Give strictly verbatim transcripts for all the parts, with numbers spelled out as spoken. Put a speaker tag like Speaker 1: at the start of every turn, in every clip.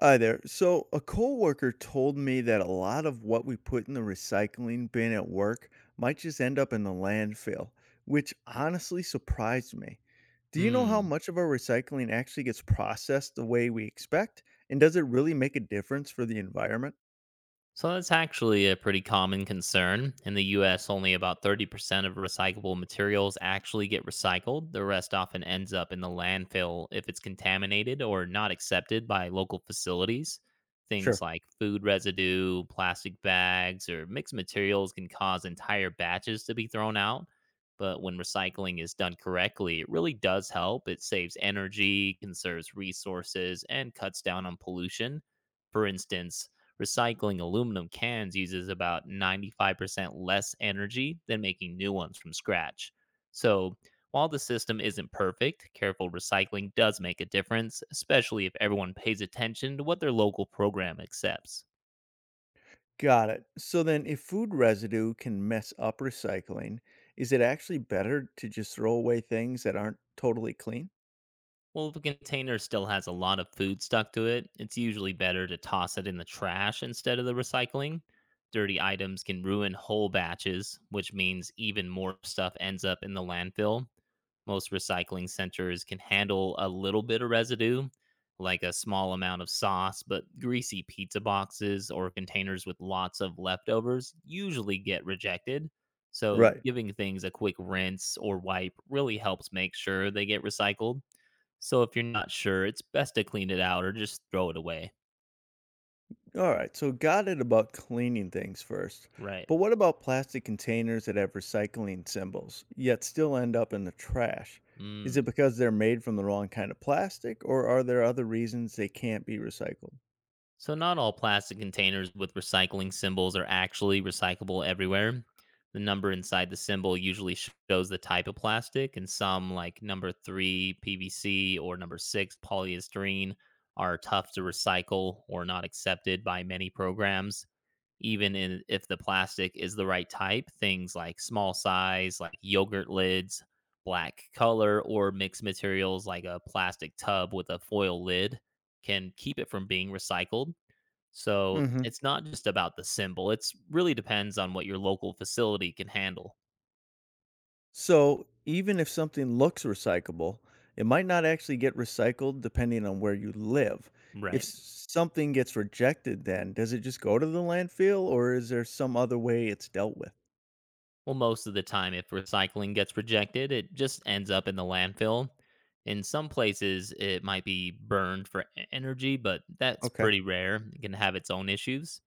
Speaker 1: Hi there. So, a coworker told me that a lot of what we put in the recycling bin at work might just end up in the landfill, which honestly surprised me. Do you know how
Speaker 2: Hmm.
Speaker 1: much of our recycling actually gets processed the way we expect? And does it really make a difference for the environment?
Speaker 2: So that's actually a pretty common concern. In the U S, only about thirty percent of recyclable materials actually get recycled. The rest often ends up in the landfill if it's contaminated or not accepted by local facilities. Things
Speaker 1: Sure.
Speaker 2: like food residue, plastic bags, or mixed materials can cause entire batches to be thrown out. But when recycling is done correctly, it really does help. It saves energy, conserves resources, and cuts down on pollution, for instance, recycling aluminum cans uses about ninety-five percent less energy than making new ones from scratch. So, while the system isn't perfect, careful recycling does make a difference, especially if everyone pays attention to what their local program accepts.
Speaker 1: Got it. So then, if food residue can mess up recycling, is it actually better to just throw away things that aren't totally clean?
Speaker 2: Well, if a container still has a lot of food stuck to it, it's usually better to toss it in the trash instead of the recycling. Dirty items can ruin whole batches, which means even more stuff ends up in the landfill. Most recycling centers can handle a little bit of residue, like a small amount of sauce, but greasy pizza boxes or containers with lots of leftovers usually get rejected. So,
Speaker 1: Right.
Speaker 2: giving things a quick rinse or wipe really helps make sure they get recycled. So if you're not sure, it's best to clean it out or just throw it away.
Speaker 1: All right. So, got it about cleaning things first.
Speaker 2: Right.
Speaker 1: But what about plastic containers that have recycling symbols, yet still end up in the trash? Is it
Speaker 2: Mm.
Speaker 1: because they're made from the wrong kind of plastic, or are there other reasons they can't be recycled?
Speaker 2: So not all plastic containers with recycling symbols are actually recyclable everywhere. The number inside the symbol usually sh- shows the type of plastic, and some, like number three P V C or number six polyester, are tough to recycle or not accepted by many programs. Even in, if the plastic is the right type, things like small size, like yogurt lids, black color, or mixed materials like a plastic tub with a foil lid can keep it from being recycled. So it's not just about the symbol, it's really depends on what your local facility can handle.
Speaker 1: So even if something looks recyclable, it might not actually get recycled depending on where you live. If
Speaker 2: Right.
Speaker 1: s- something gets rejected, then does it just go to the landfill or is there some other way it's dealt with?
Speaker 2: Well, most of the time, if recycling gets rejected, it just ends up in the landfill. In some places, it might be burned for e- energy, but that's
Speaker 1: Okay,
Speaker 2: pretty rare. It can have its own issues.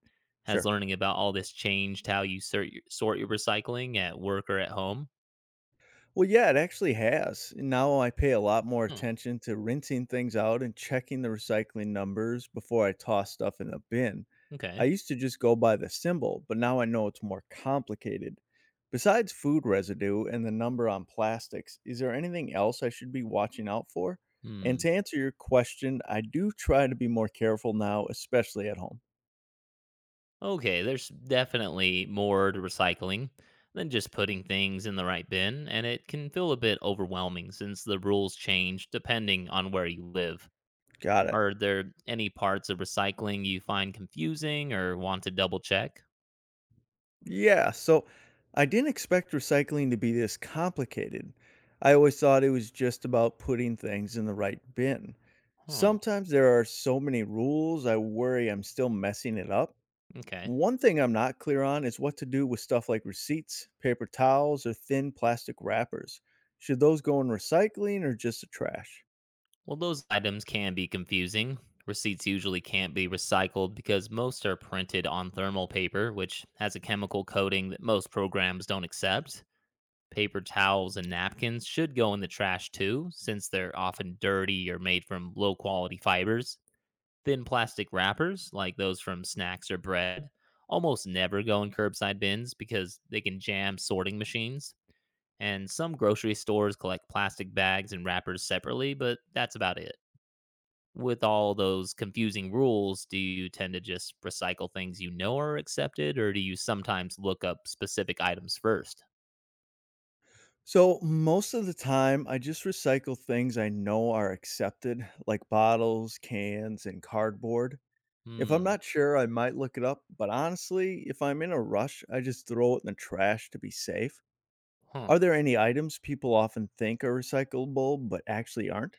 Speaker 2: Has
Speaker 1: sure.
Speaker 2: learning about all this changed how you sort your, sort your recycling at work or at home?
Speaker 1: Well, yeah, it actually has. Now I pay a lot more
Speaker 2: Hmm.
Speaker 1: attention to rinsing things out and checking the recycling numbers before I toss stuff in the bin. I
Speaker 2: Okay.
Speaker 1: used to just go by the symbol, but now I know it's more complicated. Besides food residue and the number on plastics, is there anything else I should be watching out for? And
Speaker 2: Hmm.
Speaker 1: to answer your question, I do try to be more careful now, especially at home.
Speaker 2: Okay, there's definitely more to recycling than just putting things in the right bin, and it can feel a bit overwhelming since the rules change depending on where you live.
Speaker 1: Got it.
Speaker 2: Are there any parts of recycling you find confusing or want to double check?
Speaker 1: Yeah, so I didn't expect recycling to be this complicated. I always thought it was just about putting things in the right bin.
Speaker 2: Huh.
Speaker 1: Sometimes there are so many rules, I worry I'm still messing it up.
Speaker 2: Okay.
Speaker 1: One thing I'm not clear on is what to do with stuff like receipts, paper towels, or thin plastic wrappers. Should those go in recycling or just the trash?
Speaker 2: Well, those items can be confusing. Receipts usually can't be recycled because most are printed on thermal paper, which has a chemical coating that most programs don't accept. Paper towels and napkins should go in the trash too, since they're often dirty or made from low quality fibers. Thin plastic wrappers, like those from snacks or bread, almost never go in curbside bins because they can jam sorting machines. And some grocery stores collect plastic bags and wrappers separately, but that's about it. With all those confusing rules, do you tend to just recycle things you know are accepted, or do you sometimes look up specific items first?
Speaker 1: So, most of the time, I just recycle things I know are accepted, like bottles, cans, and cardboard. If I'm
Speaker 2: Hmm.
Speaker 1: not sure, I might look it up, but honestly, if I'm in a rush, I just throw it in the trash to be safe. Are
Speaker 2: Huh.
Speaker 1: there any items people often think are recyclable but actually aren't?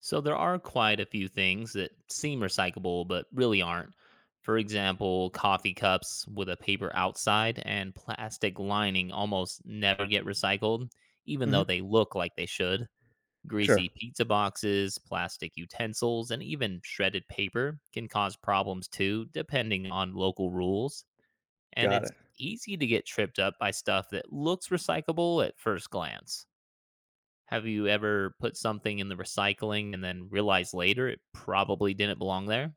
Speaker 2: So there are quite a few things that seem recyclable but really aren't. For example, coffee cups with a paper outside and plastic lining almost never get recycled, even
Speaker 1: Hmm.
Speaker 2: though they look like they should.
Speaker 1: Sure.
Speaker 2: Greasy pizza boxes, plastic utensils, and even shredded paper can cause problems too, depending on local rules. And
Speaker 1: Got
Speaker 2: it's
Speaker 1: it.
Speaker 2: easy to get tripped up by stuff that looks recyclable at first glance. Have you ever put something in the recycling and then realized later it probably didn't belong there?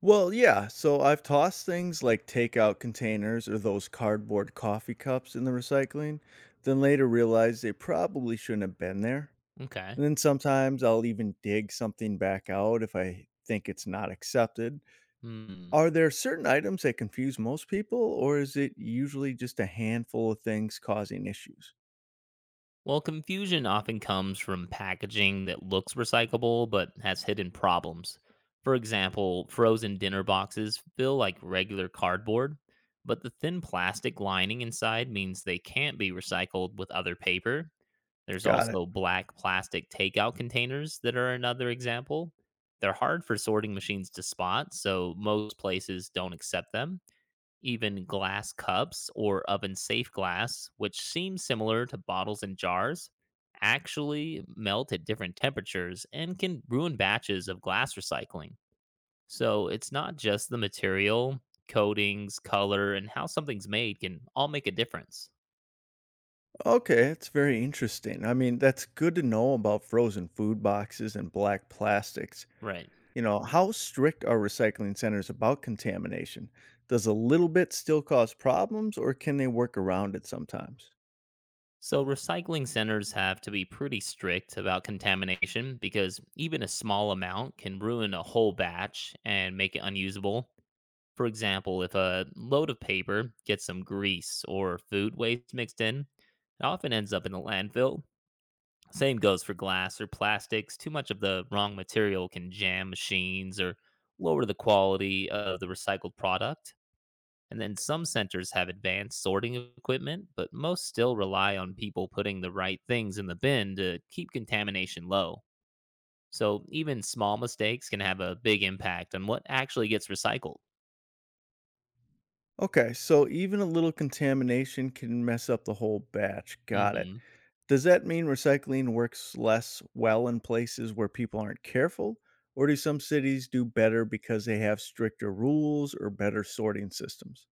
Speaker 1: Well, yeah, so I've tossed things like takeout containers or those cardboard coffee cups in the recycling, then later realized they probably shouldn't have been there.
Speaker 2: Okay.
Speaker 1: And then sometimes I'll even dig something back out if I think it's not accepted.
Speaker 2: Hmm.
Speaker 1: Are there certain items that confuse most people, or is it usually just a handful of things causing issues?
Speaker 2: Well, confusion often comes from packaging that looks recyclable but has hidden problems. For example, frozen dinner boxes feel like regular cardboard, but the thin plastic lining inside means they can't be recycled with other paper. There's
Speaker 1: Got it.
Speaker 2: also black plastic takeout containers that are another example. They're hard for sorting machines to spot, so most places don't accept them. Even glass cups or oven safe glass, which seems similar to bottles and jars, actually melt at different temperatures and can ruin batches of glass recycling. So it's not just the material, coatings, color, and how something's made can all make a difference.
Speaker 1: Okay, that's very interesting. I mean, that's good to know about frozen food boxes and black plastics.
Speaker 2: Right.
Speaker 1: You know, how strict are recycling centers about contamination? Does a little bit still cause problems, or can they work around it sometimes?
Speaker 2: So recycling centers have to be pretty strict about contamination because even a small amount can ruin a whole batch and make it unusable. For example, if a load of paper gets some grease or food waste mixed in, it often ends up in the landfill. Same goes for glass or plastics. Too much of the wrong material can jam machines or lower the quality of the recycled product. And then some centers have advanced sorting equipment, but most still rely on people putting the right things in the bin to keep contamination low. So even small mistakes can have a big impact on what actually gets recycled.
Speaker 1: Okay, so even a little contamination can mess up the whole batch. Got it.
Speaker 2: Mhm.
Speaker 1: Does that mean recycling works less well in places where people aren't careful? Or do some cities do better because they have stricter rules or better sorting systems?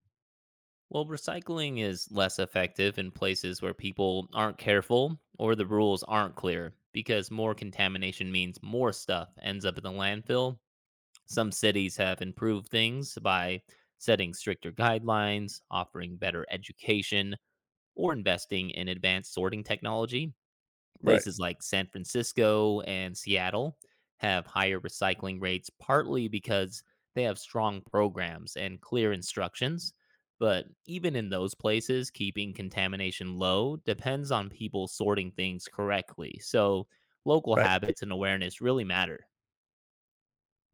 Speaker 2: Well, recycling is less effective in places where people aren't careful or the rules aren't clear because more contamination means more stuff ends up in the landfill. Some cities have improved things by setting stricter guidelines, offering better education, or investing in advanced sorting technology.
Speaker 1: Right,
Speaker 2: Places like San Francisco and Seattle have higher recycling rates partly because they have strong programs and clear instructions. But even in those places, keeping contamination low depends on people sorting things correctly. So local
Speaker 1: right.
Speaker 2: habits and awareness really matter.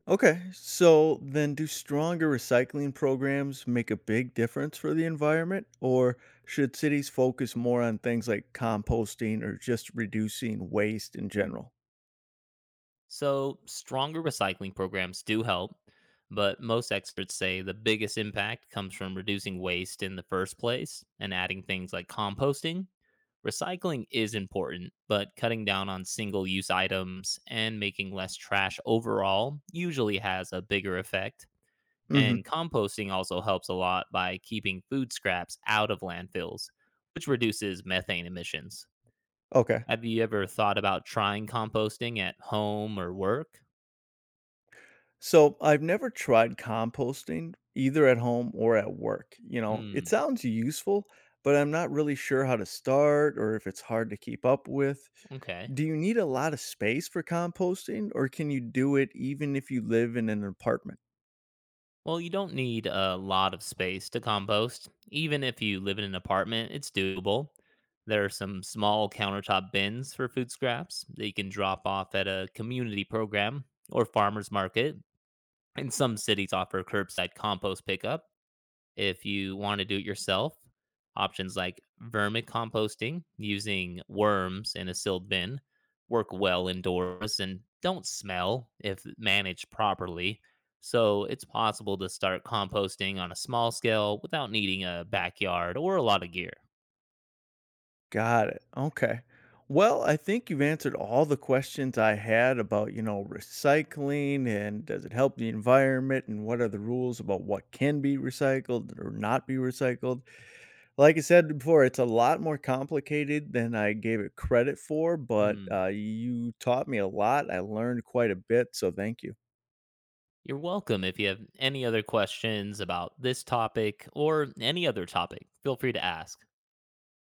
Speaker 1: Okay, so then do stronger recycling programs make a big difference for the environment? Or should cities focus more on things like composting or just reducing waste in general?
Speaker 2: So, stronger recycling programs do help, but most experts say the biggest impact comes from reducing waste in the first place and adding things like composting. Recycling is important, but cutting down on single use items and making less trash overall usually has a bigger effect.
Speaker 1: Mm hmm.
Speaker 2: And composting also helps a lot by keeping food scraps out of landfills, which reduces methane emissions.
Speaker 1: Okay.
Speaker 2: Have you ever thought about trying composting at home or work?
Speaker 1: So I've never tried composting either at home or at work. You know, it
Speaker 2: Mm,
Speaker 1: sounds useful, but I'm not really sure how to start or if it's hard to keep up with.
Speaker 2: okay.
Speaker 1: Do you need a lot of space for composting or can you do it even if you live in an apartment?
Speaker 2: Well, you don't need a lot of space to compost. Even if you live in an apartment, it's doable. There are some small countertop bins for food scraps that you can drop off at a community program or farmer's market. And some cities offer curbside compost pickup. If you want to do it yourself, options like vermicomposting using worms in a sealed bin work well indoors and don't smell if managed properly. So it's possible to start composting on a small scale without needing a backyard or a lot of gear.
Speaker 1: Got it. Okay. Well, I think you've answered all the questions I had about, you know, recycling and does it help the environment and what are the rules about what can be recycled or not be recycled. Like I said before, it's a lot more complicated than I gave it credit for, but,
Speaker 2: Hmm.
Speaker 1: uh, you taught me a lot. I learned quite a bit, so thank you.
Speaker 2: You're welcome. If you have any other questions about this topic or any other topic, feel free to ask.